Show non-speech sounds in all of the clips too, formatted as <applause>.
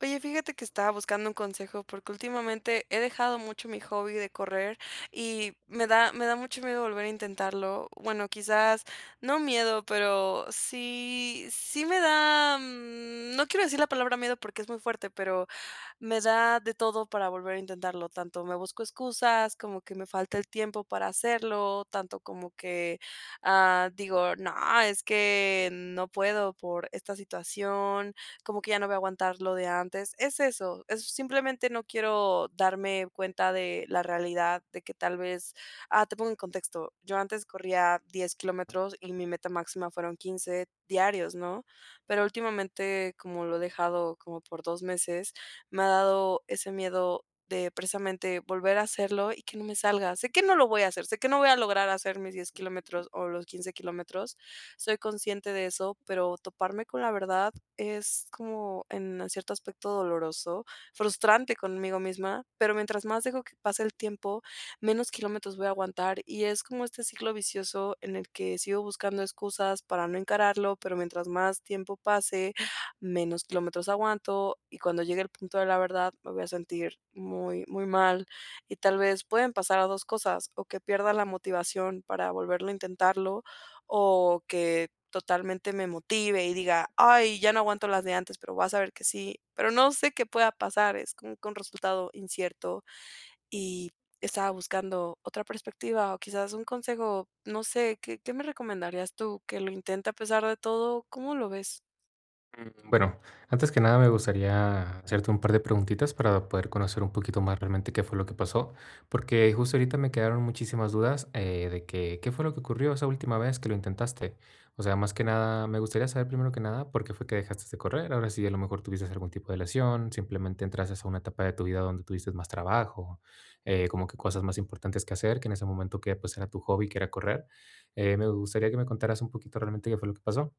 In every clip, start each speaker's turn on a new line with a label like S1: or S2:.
S1: Oye, fíjate que estaba buscando un consejo porque últimamente he dejado mucho mi hobby de correr y me da mucho miedo volver a intentarlo. Bueno, quizás no miedo, pero sí, sí me da, no quiero decir la palabra miedo porque es muy fuerte, pero me da de todo para volver a intentarlo. Tanto me busco excusas, como que me falta el tiempo para hacerlo, tanto como que digo, no, es que no puedo por esta situación, como que ya no voy a aguantar lo de antes. Es eso, es simplemente no quiero darme cuenta de la realidad, de que tal vez, te pongo en contexto, yo antes corría 10 kilómetros y mi meta máxima fueron 15 diarios, ¿no? Pero últimamente, como lo he dejado como por 2 meses, me ha dado ese miedo de precisamente volver a hacerlo y que no me salga. Sé que no lo voy a hacer, sé que no voy a lograr hacer mis 10 kilómetros o los 15 kilómetros, soy consciente de eso, pero toparme con la verdad es como en cierto aspecto doloroso, frustrante conmigo misma, pero mientras más dejo que pase el tiempo, menos kilómetros voy a aguantar y es como este ciclo vicioso en el que sigo buscando excusas para no encararlo, pero mientras más tiempo pase, menos kilómetros aguanto y cuando llegue el punto de la verdad me voy a sentir muy, muy mal y tal vez pueden pasar a dos cosas, o que pierda la motivación para volverlo a intentarlo o que totalmente me motive y diga: "Ay, ya no aguanto las de antes", pero vas a ver que sí, pero no sé qué pueda pasar, es como que un resultado incierto y estaba buscando otra perspectiva o quizás un consejo, no sé, ¿qué me recomendarías tú? ¿Que lo intente a pesar de todo? ¿Cómo lo ves?
S2: Bueno, antes que nada me gustaría hacerte un par de preguntitas para poder conocer un poquito más realmente qué fue lo que pasó, porque justo ahorita me quedaron muchísimas dudas de que qué fue lo que ocurrió esa última vez que lo intentaste. O sea, más que nada, me gustaría saber primero que nada por qué fue que dejaste de correr. Ahora sí, a lo mejor tuviste algún tipo de lesión, simplemente entraste a una etapa de tu vida donde tuviste más trabajo, como que cosas más importantes que hacer, que en ese momento que pues era tu hobby, que era correr. Me gustaría que me contaras un poquito realmente qué fue lo que pasó.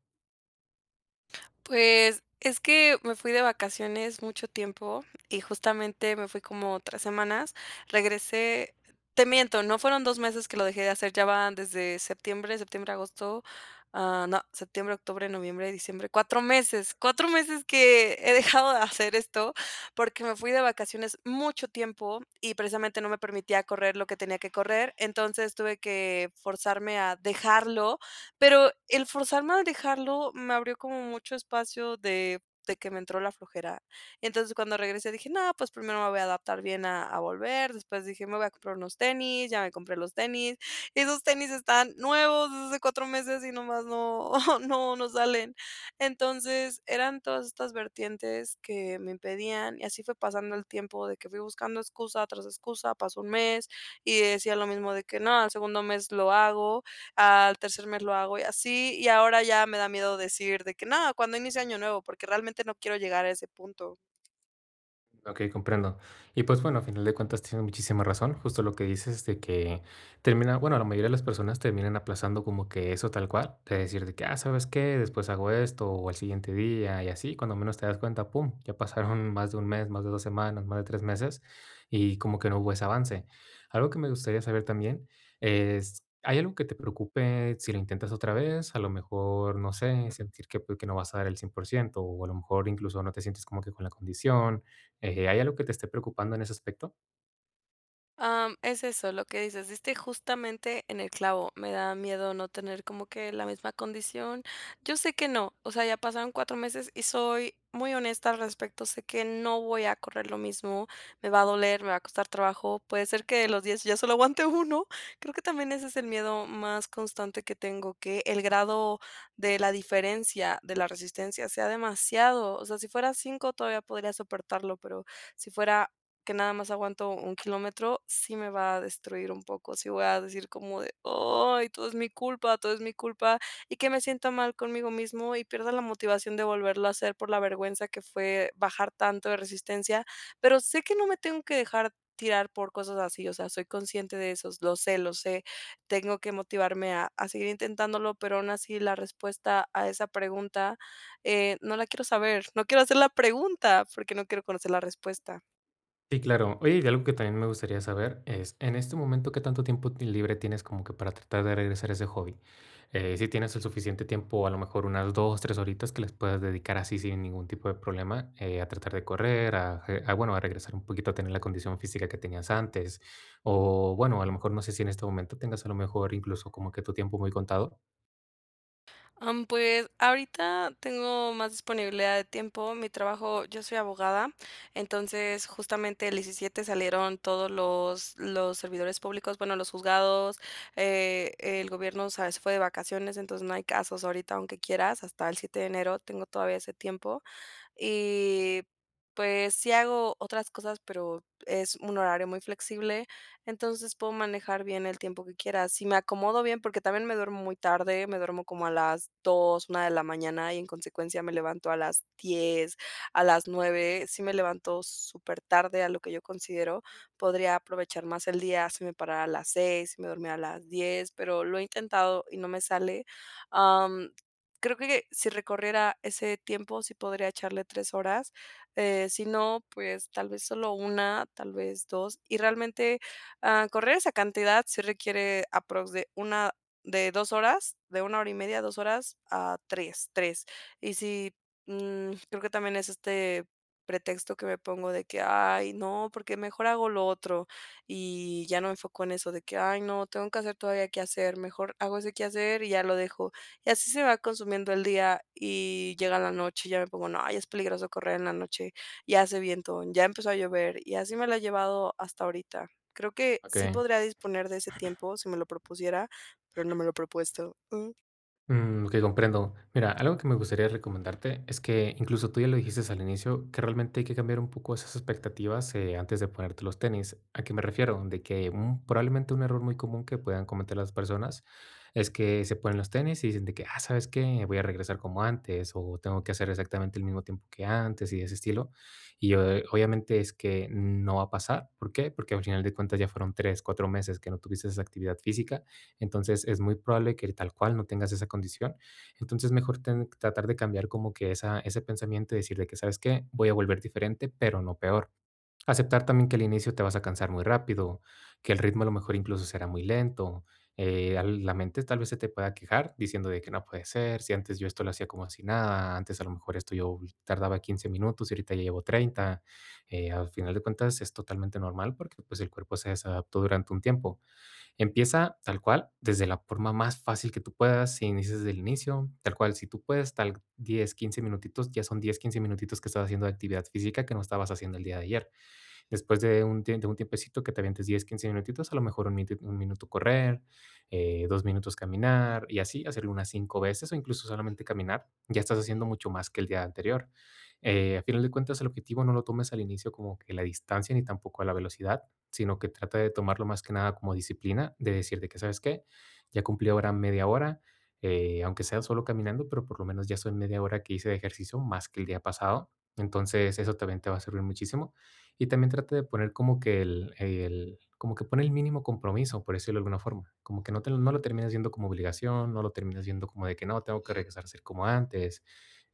S1: Pues, es que me fui de vacaciones mucho tiempo y justamente me fui como 3 semanas. Regresé, te miento, no fueron 2 meses que lo dejé de hacer, ya van desde septiembre, septiembre, agosto, ah, no, septiembre, octubre, noviembre, diciembre. 4 meses, 4 meses que he dejado de hacer esto, porque me fui de vacaciones mucho tiempo y precisamente no me permitía correr lo que tenía que correr, entonces tuve que forzarme a dejarlo, pero el forzarme a dejarlo me abrió como mucho espacio de que me entró la flojera. Entonces, cuando regresé dije: "No, pues primero me voy a adaptar bien a volver". Después dije: "Me voy a comprar unos tenis", ya me compré los tenis. Esos tenis están nuevos desde hace 4 meses y nomás no <laughs> no salen. Entonces, eran todas estas vertientes que me impedían, y así fue pasando el tiempo de que fui buscando excusa tras excusa, pasó un mes y decía lo mismo de que: "No, al segundo mes lo hago", al tercer mes lo hago y así, y ahora ya me da miedo decir de que no, cuando inicie año nuevo, porque realmente no quiero llegar a ese punto.
S2: Ok, comprendo. Y pues bueno, a final de cuentas tienes muchísima razón, justo lo que dices de que bueno, la mayoría de las personas terminan aplazando como que eso tal cual, de decir de que, ah, ¿sabes qué? Después hago esto o al siguiente día y así, cuando menos te das cuenta, pum, ya pasaron <laughs> más de un mes, más de dos semanas, más de tres meses y como que no hubo ese avance. Algo que me gustaría saber también es, ¿hay algo que te preocupe si lo intentas otra vez? A lo mejor, no sé, sentir que, pues, que no vas a dar el 100% o a lo mejor incluso no te sientes como que con la condición. ¿Hay algo que te esté preocupando en ese aspecto?
S1: Es eso, lo que dices, diste justamente en el clavo. Me da miedo no tener como que la misma condición. Yo sé que no, o sea, ya pasaron 4 meses y soy muy honesta al respecto. Sé que no voy a correr lo mismo, me va a doler, me va a costar trabajo. Puede ser que de los 10 ya solo aguante uno. Creo que también ese es el miedo más constante que tengo, que el grado de la diferencia de la resistencia sea demasiado. O sea, si fuera 5 todavía podría soportarlo, pero si fuera que nada más aguanto 1 kilómetro, sí me va a destruir un poco, sí voy a decir como de: "Ay, todo es mi culpa, todo es mi culpa", y que me sienta mal conmigo mismo y pierda la motivación de volverlo a hacer por la vergüenza que fue bajar tanto de resistencia, pero sé que no me tengo que dejar tirar por cosas así, o sea, soy consciente de eso, lo sé, tengo que motivarme a seguir intentándolo, pero aún así la respuesta a esa pregunta, no la quiero saber, no quiero hacer la pregunta, porque no quiero conocer la respuesta.
S2: Sí, claro. Oye, y algo que también me gustaría saber es, en este momento, ¿qué tanto tiempo libre tienes como que para tratar de regresar a ese hobby? Si tienes el suficiente tiempo, a lo mejor unas dos, tres horitas que les puedas dedicar así sin ningún tipo de problema, a tratar de correr, a regresar un poquito a tener la condición física que tenías antes. O bueno, a lo mejor no sé si en este momento tengas a lo mejor incluso como que tu tiempo muy contado.
S1: Pues, ahorita tengo más disponibilidad de tiempo. Mi trabajo yo soy abogada, entonces, justamente el 17 salieron todos los servidores públicos, bueno, los juzgados, el gobierno, ¿sabes?, se fue de vacaciones, entonces, no hay casos ahorita, aunque quieras, hasta el 7 de enero tengo todavía ese tiempo. Y, pues, sí hago otras cosas, pero es un horario muy flexible, entonces puedo manejar bien el tiempo que quiera. Si me acomodo bien, porque también me duermo muy tarde, me duermo como a las dos, una de la mañana y en consecuencia me levanto a las 10, a las 9 si me levanto súper tarde a lo que yo considero. Podría aprovechar más el día si me parara a las 6 si me dormía a las 10, pero lo he intentado y no me sale, creo que si recorriera ese tiempo, sí podría echarle 3 horas, si no, pues, tal vez solo una, tal vez 2 y realmente, correr esa cantidad sí requiere aprox de una, de 2 horas, de una hora y media, 2 horas a tres. Y sí, creo que también es este pretexto que me pongo de que: "Ay, no, porque mejor hago lo otro", y ya no me enfoco en eso de que: "Ay, no, tengo que hacer todavía qué hacer, mejor hago ese qué hacer y ya lo dejo". Y así se va consumiendo el día y llega la noche, ya me pongo: "No, ya es peligroso correr en la noche, ya hace viento, ya empezó a llover", y así me la he llevado hasta ahorita. Creo que
S2: Ok.
S1: sí podría disponer de ese tiempo si me lo propusiera, pero no me lo he propuesto.
S2: Ok, comprendo. Mira, algo que me gustaría recomendarte es que incluso tú ya lo dijiste al inicio, que realmente hay que cambiar un poco esas expectativas antes de ponerte los tenis. ¿A qué me refiero? De que probablemente un error muy común que puedan cometer las personas es que se ponen los tenis y dicen de que, ah, ¿sabes qué? Voy a regresar como antes o tengo que hacer exactamente el mismo tiempo que antes y de ese estilo. Y obviamente es que no va a pasar. ¿Por qué? Porque al final de cuentas ya fueron tres, cuatro meses que no tuviste esa actividad física, entonces es muy probable que tal cual no tengas esa condición. Entonces mejor tratar de cambiar como que esa, ese pensamiento y decir de que, ¿sabes qué? Voy a volver diferente, pero no peor. Aceptar también que al inicio te vas a cansar muy rápido, que el ritmo a lo mejor incluso será muy lento. La mente tal vez se te pueda quejar diciendo de que no puede ser, si antes yo esto lo hacía como si nada, antes a lo mejor esto yo tardaba 15 minutos y ahorita ya llevo 30. Al final de cuentas es totalmente normal porque pues el cuerpo se desadaptó durante un tiempo. Empieza tal cual, desde la forma más fácil que tú puedas, si inicias desde el inicio, tal cual, si tú puedes, tal 10 15 minutitos, ya son 10 15 minutitos que estás haciendo de actividad física que no estabas haciendo el día de ayer. Después de de un tiempecito que te avientes 10 15 minutitos, a lo mejor 1 minuto correr, 2 minutos caminar y así hacerlo unas cinco veces o incluso solamente caminar, ya estás haciendo mucho más que el día anterior. A final de cuentas, el objetivo no lo tomes al inicio como que la distancia ni tampoco a la velocidad, sino que trata de tomarlo más que nada como disciplina, de decirte que, ¿sabes qué? Ya cumplí ahora media hora, aunque sea solo caminando, pero por lo menos ya son media hora que hice de ejercicio más que el día pasado. Entonces, eso también te va a servir muchísimo. Y también trata de poner como que el como que pone el mínimo compromiso, por decirlo de alguna forma. Como que no te no lo terminas viendo como obligación, no lo terminas viendo como de que no, tengo que regresar a ser como antes,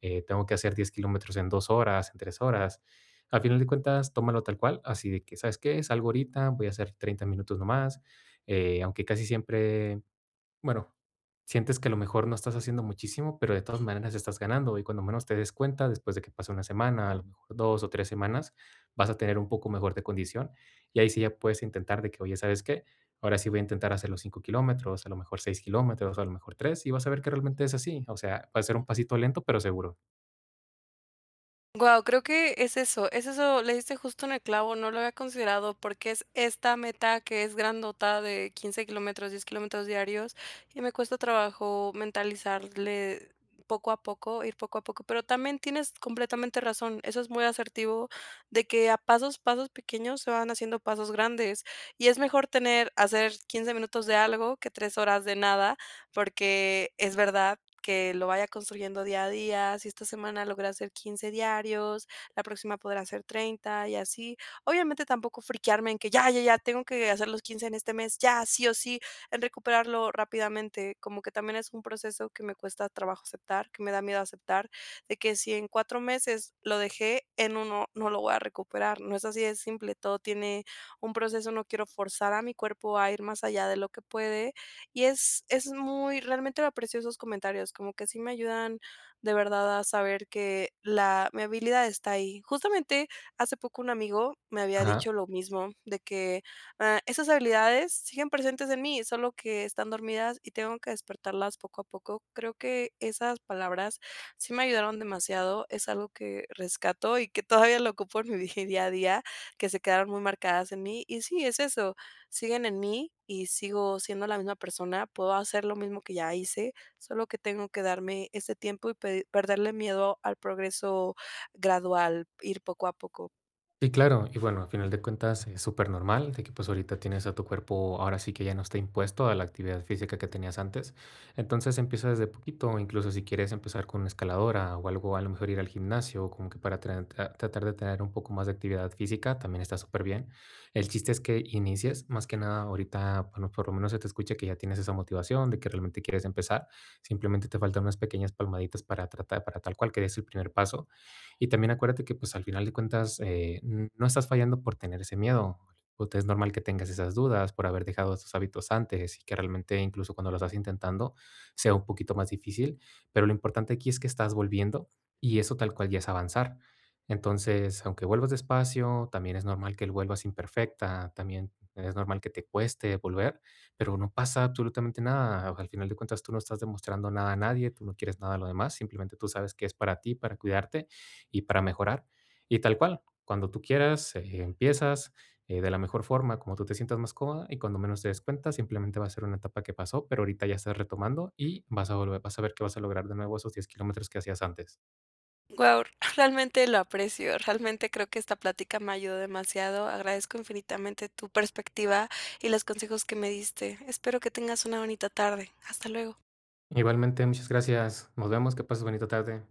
S2: tengo que hacer 10 kilómetros en 2 horas, en 3 horas. Al final de cuentas, tómalo tal cual, así de que, ¿sabes qué? Salgo ahorita, voy a hacer 30 minutos nomás, aunque casi siempre bueno, sientes que a lo mejor no estás haciendo muchísimo, pero de todas maneras estás ganando y cuando menos te des cuenta, después de que pase una semana, a lo mejor 2 o 3 semanas, vas a tener un poco mejor de condición y ahí sí ya puedes intentar de que, oye, ¿sabes qué? Ahora sí voy a intentar hacer los 5 kilómetros, a lo mejor 6 kilómetros, a lo mejor tres, y vas a ver que realmente es así. O sea, va a ser un pasito lento, pero seguro.
S1: Guau, creo que es eso, le diste justo en el clavo, no lo había considerado porque es esta meta que es grandota de 15 kilómetros, 10 kilómetros diarios y me cuesta trabajo mentalizarle poco a poco, ir poco a poco, pero también tienes completamente razón, eso es muy asertivo de que a pasos, pasos pequeños se van haciendo pasos grandes y es mejor tener, hacer 15 minutos de algo que 3 horas de nada porque es verdad que lo vaya construyendo día a día, si esta semana logré hacer 15 diarios, la próxima podrá hacer 30 y así. Obviamente tampoco friquearme en que ya, ya, ya, tengo que hacer los 15 en este mes, ya, sí o sí, en recuperarlo rápidamente, como que también es un proceso que me cuesta trabajo aceptar, que me da miedo aceptar, de que si en 4 meses lo dejé, en uno no lo voy a recuperar. No es así de simple, todo tiene un proceso, no quiero forzar a mi cuerpo a ir más allá de lo que puede y es muy realmente lo aprecio esos comentarios, como que sí me ayudan de verdad a saber que la mi habilidad está ahí. Justamente hace poco un amigo me había
S2: Ajá.
S1: dicho lo mismo, de que, ah, esas habilidades siguen presentes en mí, solo que están dormidas y tengo que despertarlas poco a poco. Creo que esas palabras sí me ayudaron demasiado, es algo que rescato y que todavía lo ocupo en mi <laughs> día a día, que se quedaron muy marcadas en mí. Y sí, es eso, siguen en mí y sigo siendo la misma persona, puedo hacer lo mismo que ya hice, solo que tengo que darme ese tiempo y perderle miedo al progreso gradual, ir poco a poco.
S2: Sí, claro. Y bueno, al final de cuentas es súper normal de que pues ahorita tienes a tu cuerpo, ahora sí que ya no está impuesto a la actividad física que tenías antes. Entonces empieza desde poquito, incluso si quieres empezar con una escaladora o algo, a lo mejor ir al gimnasio, como que para tratar de tener un poco más de actividad física, también está súper bien. El chiste es que inicies, más que nada ahorita, bueno, por lo menos se te escucha que ya tienes esa motivación de que realmente quieres empezar. Simplemente te faltan unas pequeñas palmaditas para tratar, para tal cual que des el primer paso, y también acuérdate que, pues, al final de cuentas, no estás fallando por tener ese miedo. Pues, es normal que tengas esas dudas por haber dejado esos hábitos antes y que realmente incluso cuando lo estás intentando sea un poquito más difícil, pero lo importante aquí es que estás volviendo y eso tal cual ya es avanzar. Entonces, aunque vuelvas despacio, también es normal que vuelvas imperfecta, también es normal que te cueste volver, pero no pasa absolutamente nada. O sea, al final de cuentas, tú no estás demostrando nada a nadie, tú no quieres nada a lo demás, simplemente tú sabes que es para ti, para cuidarte y para mejorar. Y tal cual, cuando tú quieras, empiezas de la mejor forma, como tú te sientas más cómoda y cuando menos te des cuenta, simplemente va a ser una etapa que pasó, pero ahorita ya estás retomando y vas a volver, vas a ver que vas a lograr de nuevo esos 10 kilómetros que hacías antes.
S1: Wow, <laughs> realmente lo aprecio, realmente creo que esta plática me ayudó demasiado, agradezco infinitamente tu perspectiva y los consejos que me diste. Espero que tengas una bonita tarde. Hasta luego.
S2: Igualmente, muchas gracias. Nos vemos. Que pases bonita tarde.